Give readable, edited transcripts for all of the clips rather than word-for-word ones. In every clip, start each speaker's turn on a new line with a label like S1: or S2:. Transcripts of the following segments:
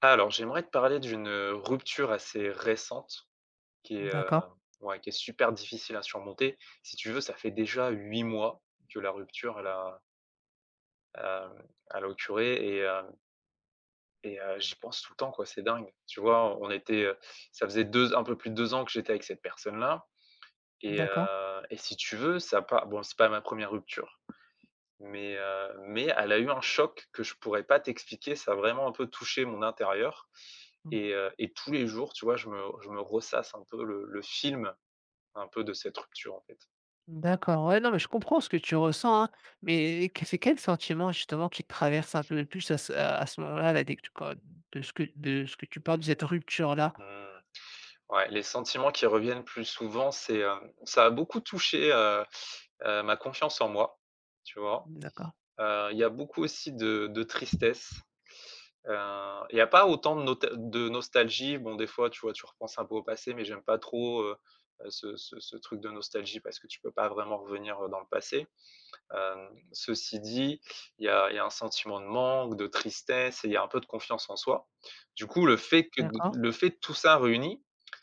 S1: Alors, j'aimerais te parler d'une rupture assez récente qui est,
S2: D'accord,
S1: ouais, qui est super difficile à surmonter. Si tu veux, ça fait déjà 8 mois que la rupture, hem, elle a occuré et j'y pense tout le temps, quoi, c'est dingue. Tu vois? On était, ça faisait 2, un peu plus de 2 ans que j'étais avec cette personne-là. et heu
S2: d'accord.
S1: et si tu veux, ça pas bon, c'est pas ma première rupture, mais elle a eu un choc que je pourrais pas t'expliquer. Ça a vraiment un peu touché mon intérieur.
S2: Mmh.
S1: Et tous les jours, tu vois, je me ressasse un peu le film, un peu de cette rupture, en fait.
S2: D'accord, ouais, non, mais je comprends ce que tu ressens, hein, mais que c'est quel sentiment justement qui te traverse un peu le plus à ce moment-là, là, dès que tu quand de ce que tu parles, de cette rupture-là?
S1: Mmh. Ouais, les sentiments qui reviennent plus souvent, c'est, ça a beaucoup touché, ma confiance en moi, tu vois?
S2: D'accord,
S1: Il y a beaucoup aussi de tristesse, heu, il y a pas autant de nostalgie. Bon, des fois, tu vois, tu repenses un peu au passé, mais j'aime pas trop, ce truc de nostalgie parce que tu peux pas vraiment revenir, dans le passé. Ceci dit, il y a un sentiment de manque, de tristesse et il y a un peu de confiance en soi. Du coup,
S2: d'accord,
S1: le fait de tout ça réuni,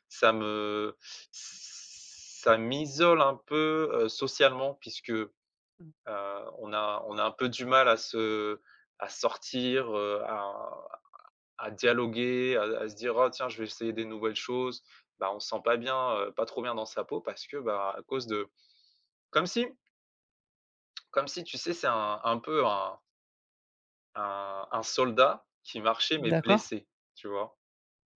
S1: ça me ça m'isole un peu, socialement puisque,
S2: mmh,
S1: on a un peu du mal à sortir, à dialoguer, à se dire: «Oh tiens, je vais essayer des nouvelles choses.» Bah, on se sent pas bien, pas trop bien dans sa peau parce que, bah, à cause de comme si comme si tu sais, c'est un peu un soldat qui marchait, mais
S2: d'accord.
S1: blessé, tu vois?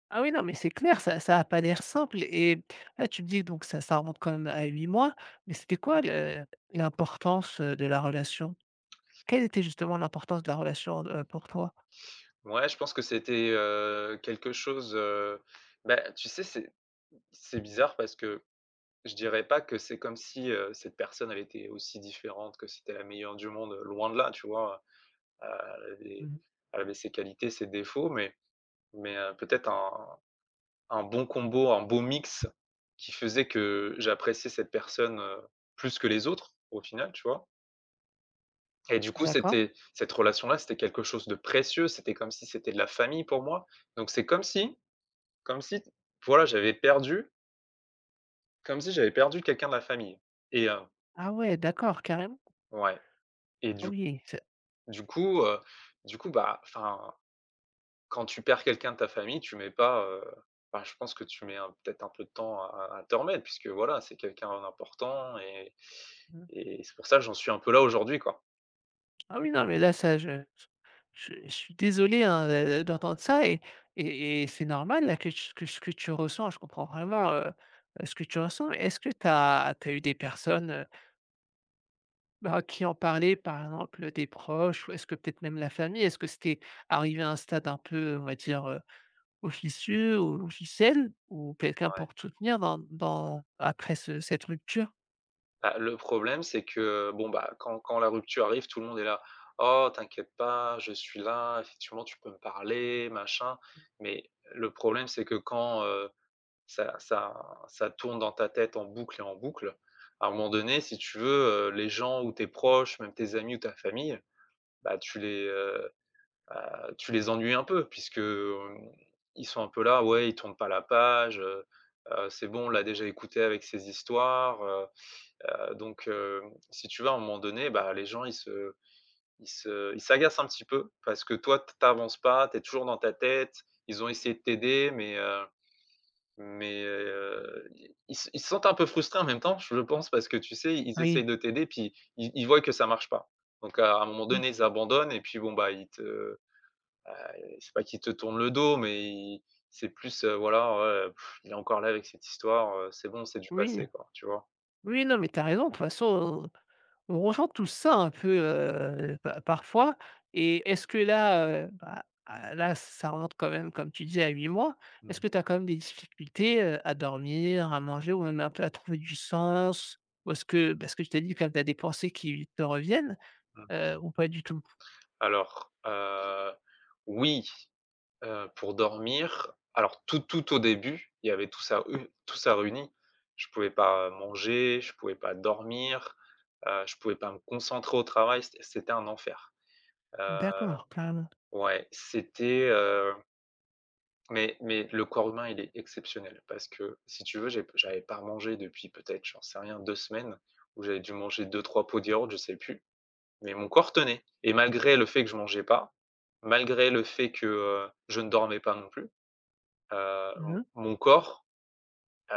S2: Ah oui, non, mais c'est clair, ça a pas l'air simple et là, tu me dis donc ça remonte quand même à 8 mois, mais c'était quoi le l'importance, de la relation? Quelle était justement l'importance de la relation, pour toi?
S1: Ouais, je pense que c'était, quelque chose, bah, tu sais, c'est bizarre parce que je dirais pas que c'est comme si, cette personne, elle était aussi différente, que c'était la meilleure du monde, loin de là, tu vois? Heu, elle avait
S2: Mmh.
S1: elle avait ses qualités, ses défauts, mais peut-être un bon combo, un beau mix qui faisait que j'appréciais cette personne, plus que les autres, au final, tu vois? Et du coup,
S2: D'accord.
S1: c'était cette relation-là, c'était quelque chose de précieux, c'était comme si c'était de la famille pour moi. Donc c'est comme si voilà, j'avais perdu comme si j'avais perdu quelqu'un de la famille et,
S2: Ah ouais, d'accord, carrément.
S1: ouais. et
S2: Ah
S1: du
S2: oui, c'est
S1: du coup, bah, enfin, quand tu perds quelqu'un de ta famille, tu mets pas, bah, je pense que tu mets un peut-être un peu de temps à remettre puisque voilà, c'est quelqu'un d'important et
S2: Mmh.
S1: et c'est pour ça, que j'en suis un peu là aujourd'hui, quoi.
S2: Ah oui, non, mais là, ça, je suis désolé, hein, d'entendre ça et c'est normal, là, que ce que tu ressens. Je comprends vraiment, ce que tu ressens. Mais est-ce que tu as eu des personnes, bah, qui en parlaient par exemple, des proches ou est-ce que peut-être même la famille? Est-ce que c'était arrivé à un stade un peu, on va dire, officieux ou officiel ou quelqu'un
S1: Ouais.
S2: pour te soutenir dans après ce cette rupture?
S1: Bah, le problème, c'est que, bon, bah, quand la rupture arrive, tout le monde est là: «Oh, t'inquiète pas, je suis là, effectivement, tu peux me parler, machin.» Mais le problème, c'est que quand, ça ça ça tourne dans ta tête en boucle et en boucle, à un moment donné, si tu veux, les gens ou tes proches, même tes amis ou ta famille, bah, tu les ennuies un peu puisque, ils sont un peu là: «Ouais, ils tournent pas la page, c'est bon, on l'a déjà écouté avec ses histoires, donc si tu veux, à un moment donné, bah, les gens, ils s'agacent un petit peu parce que toi, t tu avances pas, tu es toujours dans ta tête. Ils ont essayé de t'aider, mais ils se sentent un peu frustrés en même temps, je pense, parce que tu sais, ils
S2: Oui,
S1: essayent de t'aider, puis ils voient que ça marche pas. Donc à un moment donné,
S2: oui,
S1: ils abandonnent et puis bon, bah, c'est pas qu'ils te tournent le dos, mais ils c'est plus, voilà, ouais, il est encore là avec cette histoire, c'est bon, c'est du
S2: oui,
S1: passé, quoi, tu vois?
S2: oui, non, mais t'as raison. De toute façon, on ressent tout ça un peu, pa parfois et est-ce que là, bah, à là, ça remonte quand même, comme tu disais, à 8 mois. Est-ce
S1: Mmh.
S2: que tu as quand même des difficultés, à dormir, à manger ou même un peu à trouver du sens? Ou est-ce que parce que je t'ai dit quand tu as des pensées qui te reviennent,
S1: Mmh.
S2: ou pas du tout?
S1: Alors, oui, pour dormir, alors tout au début, il y avait tout ça réuni. Je pouvais pas manger, je pouvais pas dormir, je pouvais pas me concentrer au travail, c'était un enfer. Heu,
S2: D'accord, carrément.
S1: ouais, c'était, mais le corps humain, il est exceptionnel parce que si tu veux, j'avais pas mangé depuis peut-être, j'en sais rien, 2 semaines où j'avais dû manger deux trois pots de yaourt, je sais plus. Mais mon corps tenait et malgré le fait que je mangeais pas, malgré le fait que, je ne dormais pas non plus, heu, mon
S2: Mmh.
S1: mon corps, heu,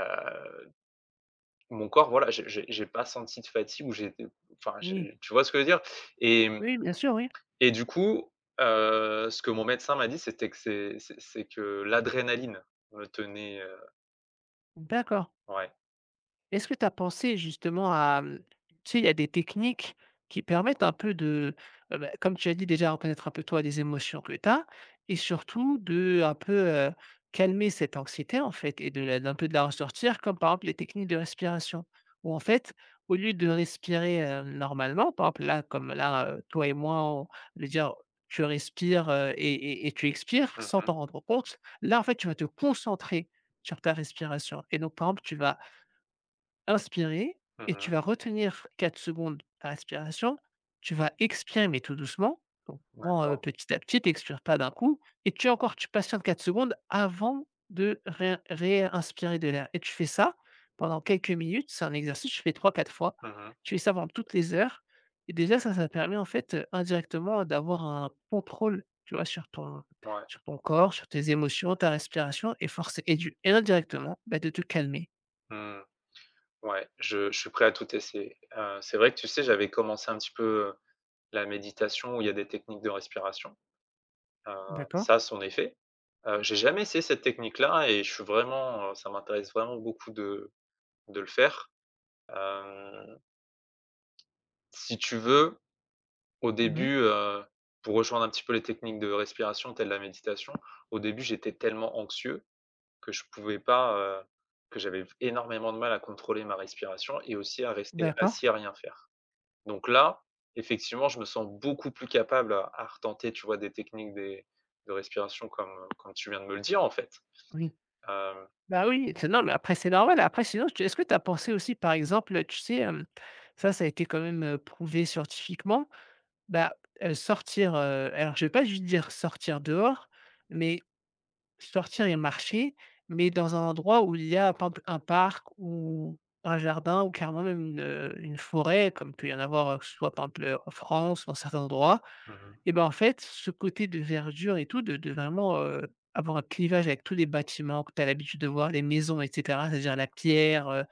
S1: mon corps, voilà, j'ai pas senti de fatigue ou j'ai enfin,
S2: Oui.
S1: j'ai tu vois ce que je veux dire? Et, mmh,
S2: Oui, bien sûr, oui.
S1: et du coup, ce que mon médecin m'a dit, c'était que c'est que l'adrénaline me tenait,
S2: D'accord.
S1: ouais.
S2: Est-ce que tu as pensé justement à, tu sais, il y a des techniques qui permettent un peu de, bah, comme tu as dit déjà, reconnaître un peu toi les émotions que tu as et surtout de un peu, calmer cette anxiété en fait et de la d'un peu de la ressortir comme par exemple les techniques de respiration. Où en fait, au lieu de respirer, normalement, par exemple là, comme là, toi et moi, on veut dire, tu respires, et tu expires
S1: Mmh,
S2: sans
S1: mh.
S2: t'en rendre compte. Là, en fait, tu vas te concentrer sur ta respiration et donc par exemple, tu vas inspirer et
S1: Mmh.
S2: tu vas retenir 4 secondes ta respiration, tu vas expirer mais tout doucement, donc vraiment,
S1: D'accord.
S2: petit à petit, tu n'expires pas d'un coup et tu encore tu patientes 4 secondes avant de ré réinspirer de l'air et tu fais ça pendant quelques minutes. C'est un exercice, je fais trois quatre fois.
S1: Mmh, mmh.
S2: Tu fais ça pendant toutes les heures et déjà ça, ça permet en fait, indirectement d'avoir un contrôle, tu vois, sur ton
S1: Ouais.
S2: sur ton corps, sur tes émotions, ta respiration et forcé et du et indirectement, bah, de te calmer.
S1: Mmh. Ouais, je suis prêt à tout essayer. C'est vrai que, tu sais, j'avais commencé un petit peu, la méditation où il y a des techniques de respiration, heu,
S2: D'accord?
S1: ça a son effet. J'ai jamais essayé cette technique-là et ça m'intéresse vraiment beaucoup de le faire. Hem, si tu veux, au
S2: Mmh.
S1: début, pour rejoindre un petit peu les techniques de respiration telles la méditation, au début, j'étais tellement anxieux que je pouvais pas, que j'avais énormément de mal à contrôler ma respiration et aussi à rester
S2: D'accord,
S1: assis à rien faire. Donc là, effectivement, je me sens beaucoup plus capable à retenter, tu vois, des techniques de respiration comme tu viens de me le dire, en fait.
S2: oui.
S1: Euh,
S2: Bah, oui, c'est non, mais après c'est normal. Après sinon, tu est-ce que tu as pensé aussi, par exemple, tu sais, ça a été quand même, prouvé scientifiquement, bah, sortir, alors je vais pas juste dire sortir dehors, mais sortir et marcher, mais dans un endroit où il y a par exemple un parc ou un jardin ou carrément même une forêt comme peut y en avoir, soit par exemple, en France dans certains endroits
S1: mhm,
S2: et ben, en fait, ce côté de verdure et tout de vraiment, avoir un clivage avec tous les bâtiments que tu as l'habitude de voir, les maisons et cetera, c'est-à-dire la pierre,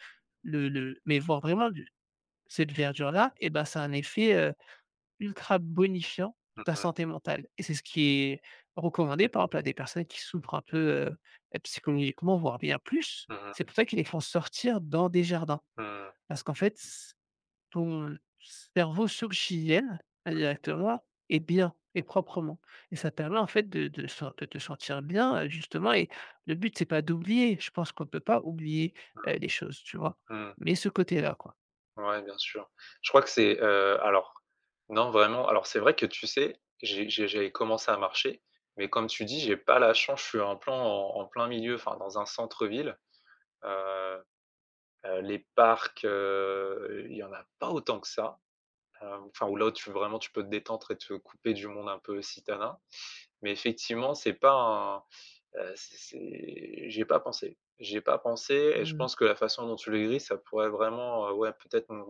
S2: le mais voir vraiment du cette verdure-là et ben, ça a un effet, ultra bonifiant ta
S1: mhm,
S2: santé mentale et c'est ce qui est recommandé, par exemple, à des personnes qui souffrent un peu, psychologiquement, voire bien plus.
S1: mhm,
S2: C'est pour ça qu'ils les font sortir dans des jardins
S1: mhm,
S2: parce qu'en fait, c ton cerveau s'oxygène indirectement et bien et proprement et ça permet, en fait, de te sentir bien, justement et le but, c'est pas d'oublier. Je pense qu'on peut pas oublier, les choses, tu vois?
S1: mhm.
S2: Mais ce côté-là, quoi.
S1: Ouais, bien sûr. Je crois que c'est, alors, non, vraiment. Alors, c'est vrai que, tu sais, j'avais commencé à marcher, mais comme tu dis, j'ai pas la chance, je suis en plein milieu, enfin, dans un centre-ville. Euh, les parcs, il y en a pas autant que ça. Enfin, où là, tu vraiment, tu peux te détendre et te couper du monde un peu citadin. Mais effectivement, c'est pas un, c'est j'y pas pensé. J'ai pas pensé et je
S2: Mmh,
S1: pense que la façon dont tu le décris, ça pourrait vraiment, ouais, peut-être m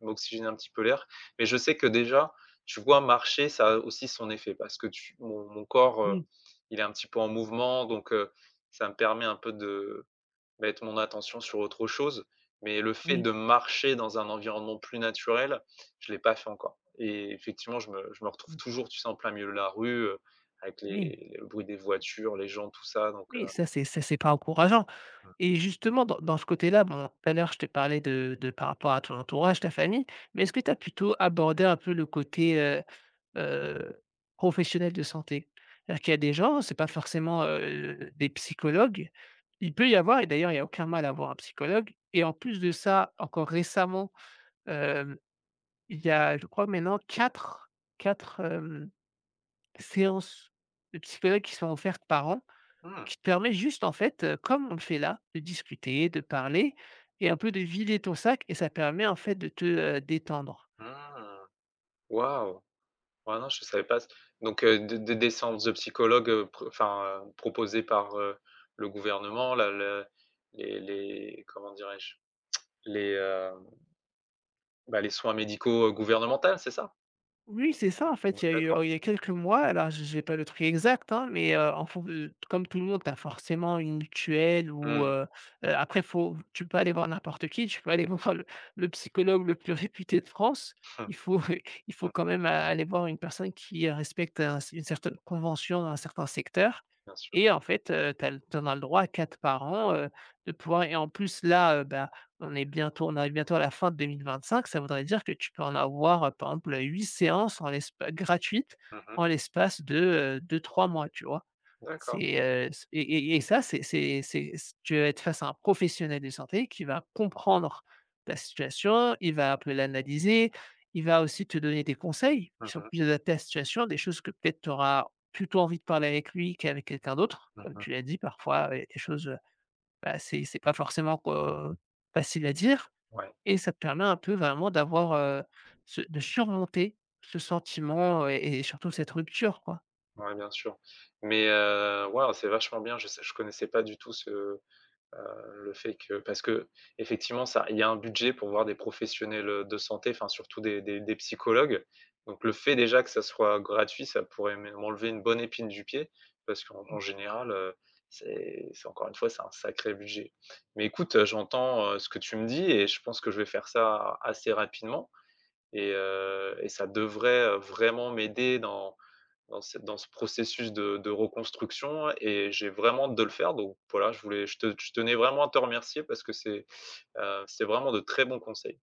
S1: m'oxygéner un petit peu l'air. Mais je sais que déjà, tu vois, marcher, ça a aussi son effet parce que tu mon mon corps,
S2: oui,
S1: il est un petit peu en mouvement donc, ça me permet un peu de mettre mon attention sur autre chose, mais le fait
S2: oui,
S1: de marcher dans un environnement plus naturel, je l'ai pas fait encore et effectivement, je me retrouve
S2: mmh,
S1: toujours, tu sais, en plein milieu de la rue, avec
S2: oui,
S1: les le bruit des voitures, les gens, tout ça.
S2: oui, ça, c'est pas encourageant. Et justement, dans ce côté-là, bon, tout à l'heure, je te parlais de par rapport à ton entourage, ta famille, mais est-ce que tu as plutôt abordé un peu le côté, heu, professionnel de santé? C'est-à-dire qu'il y a des gens, c'est pas forcément, des psychologues. Il peut y avoir et d'ailleurs, il y a aucun mal à avoir un psychologue et en plus de ça, encore récemment, hem, il y a, je crois maintenant 4 quatre hem, séances de psychologue qui sont offertes par an et
S1: Mmh,
S2: qui te permet juste, en fait, comme on le fait là, de discuter, de parler et un peu de vider ton sac et ça permet, en fait, de te, détendre.
S1: mmh, waouh! Ouais, non, je savais pas des séances de psychologues, pr enfin, proposées par, le gouvernement, la le les comment dirais-je? Les, heu, Bah, les soins médicaux, gouvernementales, c'est ça?
S2: Oui, c'est ça, en fait, il y a eu,
S1: D'accord.
S2: il y a quelques mois, alors j'ai pas le truc exact, hein, mais, en fon comme tout le monde, tu as forcément une mutuelle ou,
S1: Mmh.
S2: après faut tu peux aller voir n'importe qui, tu peux aller voir le psychologue le plus réputé de France. Il faut il faut quand même a aller voir une personne qui, respecte un une certaine convention dans un certain secteur
S1: Bien sûr.
S2: et en fait, tu le en as le droit à 4 par an, de pouvoir et en plus là, bah on arrive bientôt à la fin de 2025, ça voudrait dire que tu peux en avoir, par exemple, 8 séances en l'espa gratuites
S1: Mmh.
S2: en l'espace de, 2-3 mois, tu vois?
S1: D'accord.
S2: C'est, c et ça, c'est c tu vas être face à un professionnel de santé qui va comprendre ta situation, il va un peu l'analyser, il va aussi te donner des conseils
S1: Mmh,
S2: qui sont
S1: mh.
S2: plus adaptés à ta situation, des choses que peut-être tu auras plutôt envie de parler avec lui qu'avec quelqu'un d'autre. Comme
S1: Mmh.
S2: tu l'as dit, parfois, il y a des choses, bah, c'est pas forcément, facile à dire.
S1: Ouais,
S2: Et ça te permet un peu vraiment d'avoir, ce de surmonter ce sentiment et surtout cette rupture, quoi.
S1: ouais, bien sûr. Mais waouh, c'est vachement bien. Je connaissais pas du tout ce, le fait que parce que effectivement, ça il y a un budget pour voir des professionnels, de santé, enfin surtout des psychologues. Donc le fait déjà que ça soit gratuit, ça pourrait même enlever une bonne épine du pied parce qu'en en général, c'est encore une fois, c'est un sacré budget. Mais écoute, j'entends, ce que tu me dis et je pense que je vais faire ça assez rapidement. Et ça devrait, vraiment m'aider dans ce processus de reconstruction et j'ai vraiment hâte de le faire donc voilà, je tenais vraiment à te remercier parce que c'était vraiment de très bons conseils.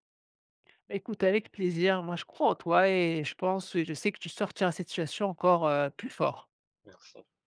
S2: Bah, écoute, avec plaisir. Moi, je crois en toi et je pense et je sais que tu sortiras de cette situation encore, plus fort.
S1: Merci.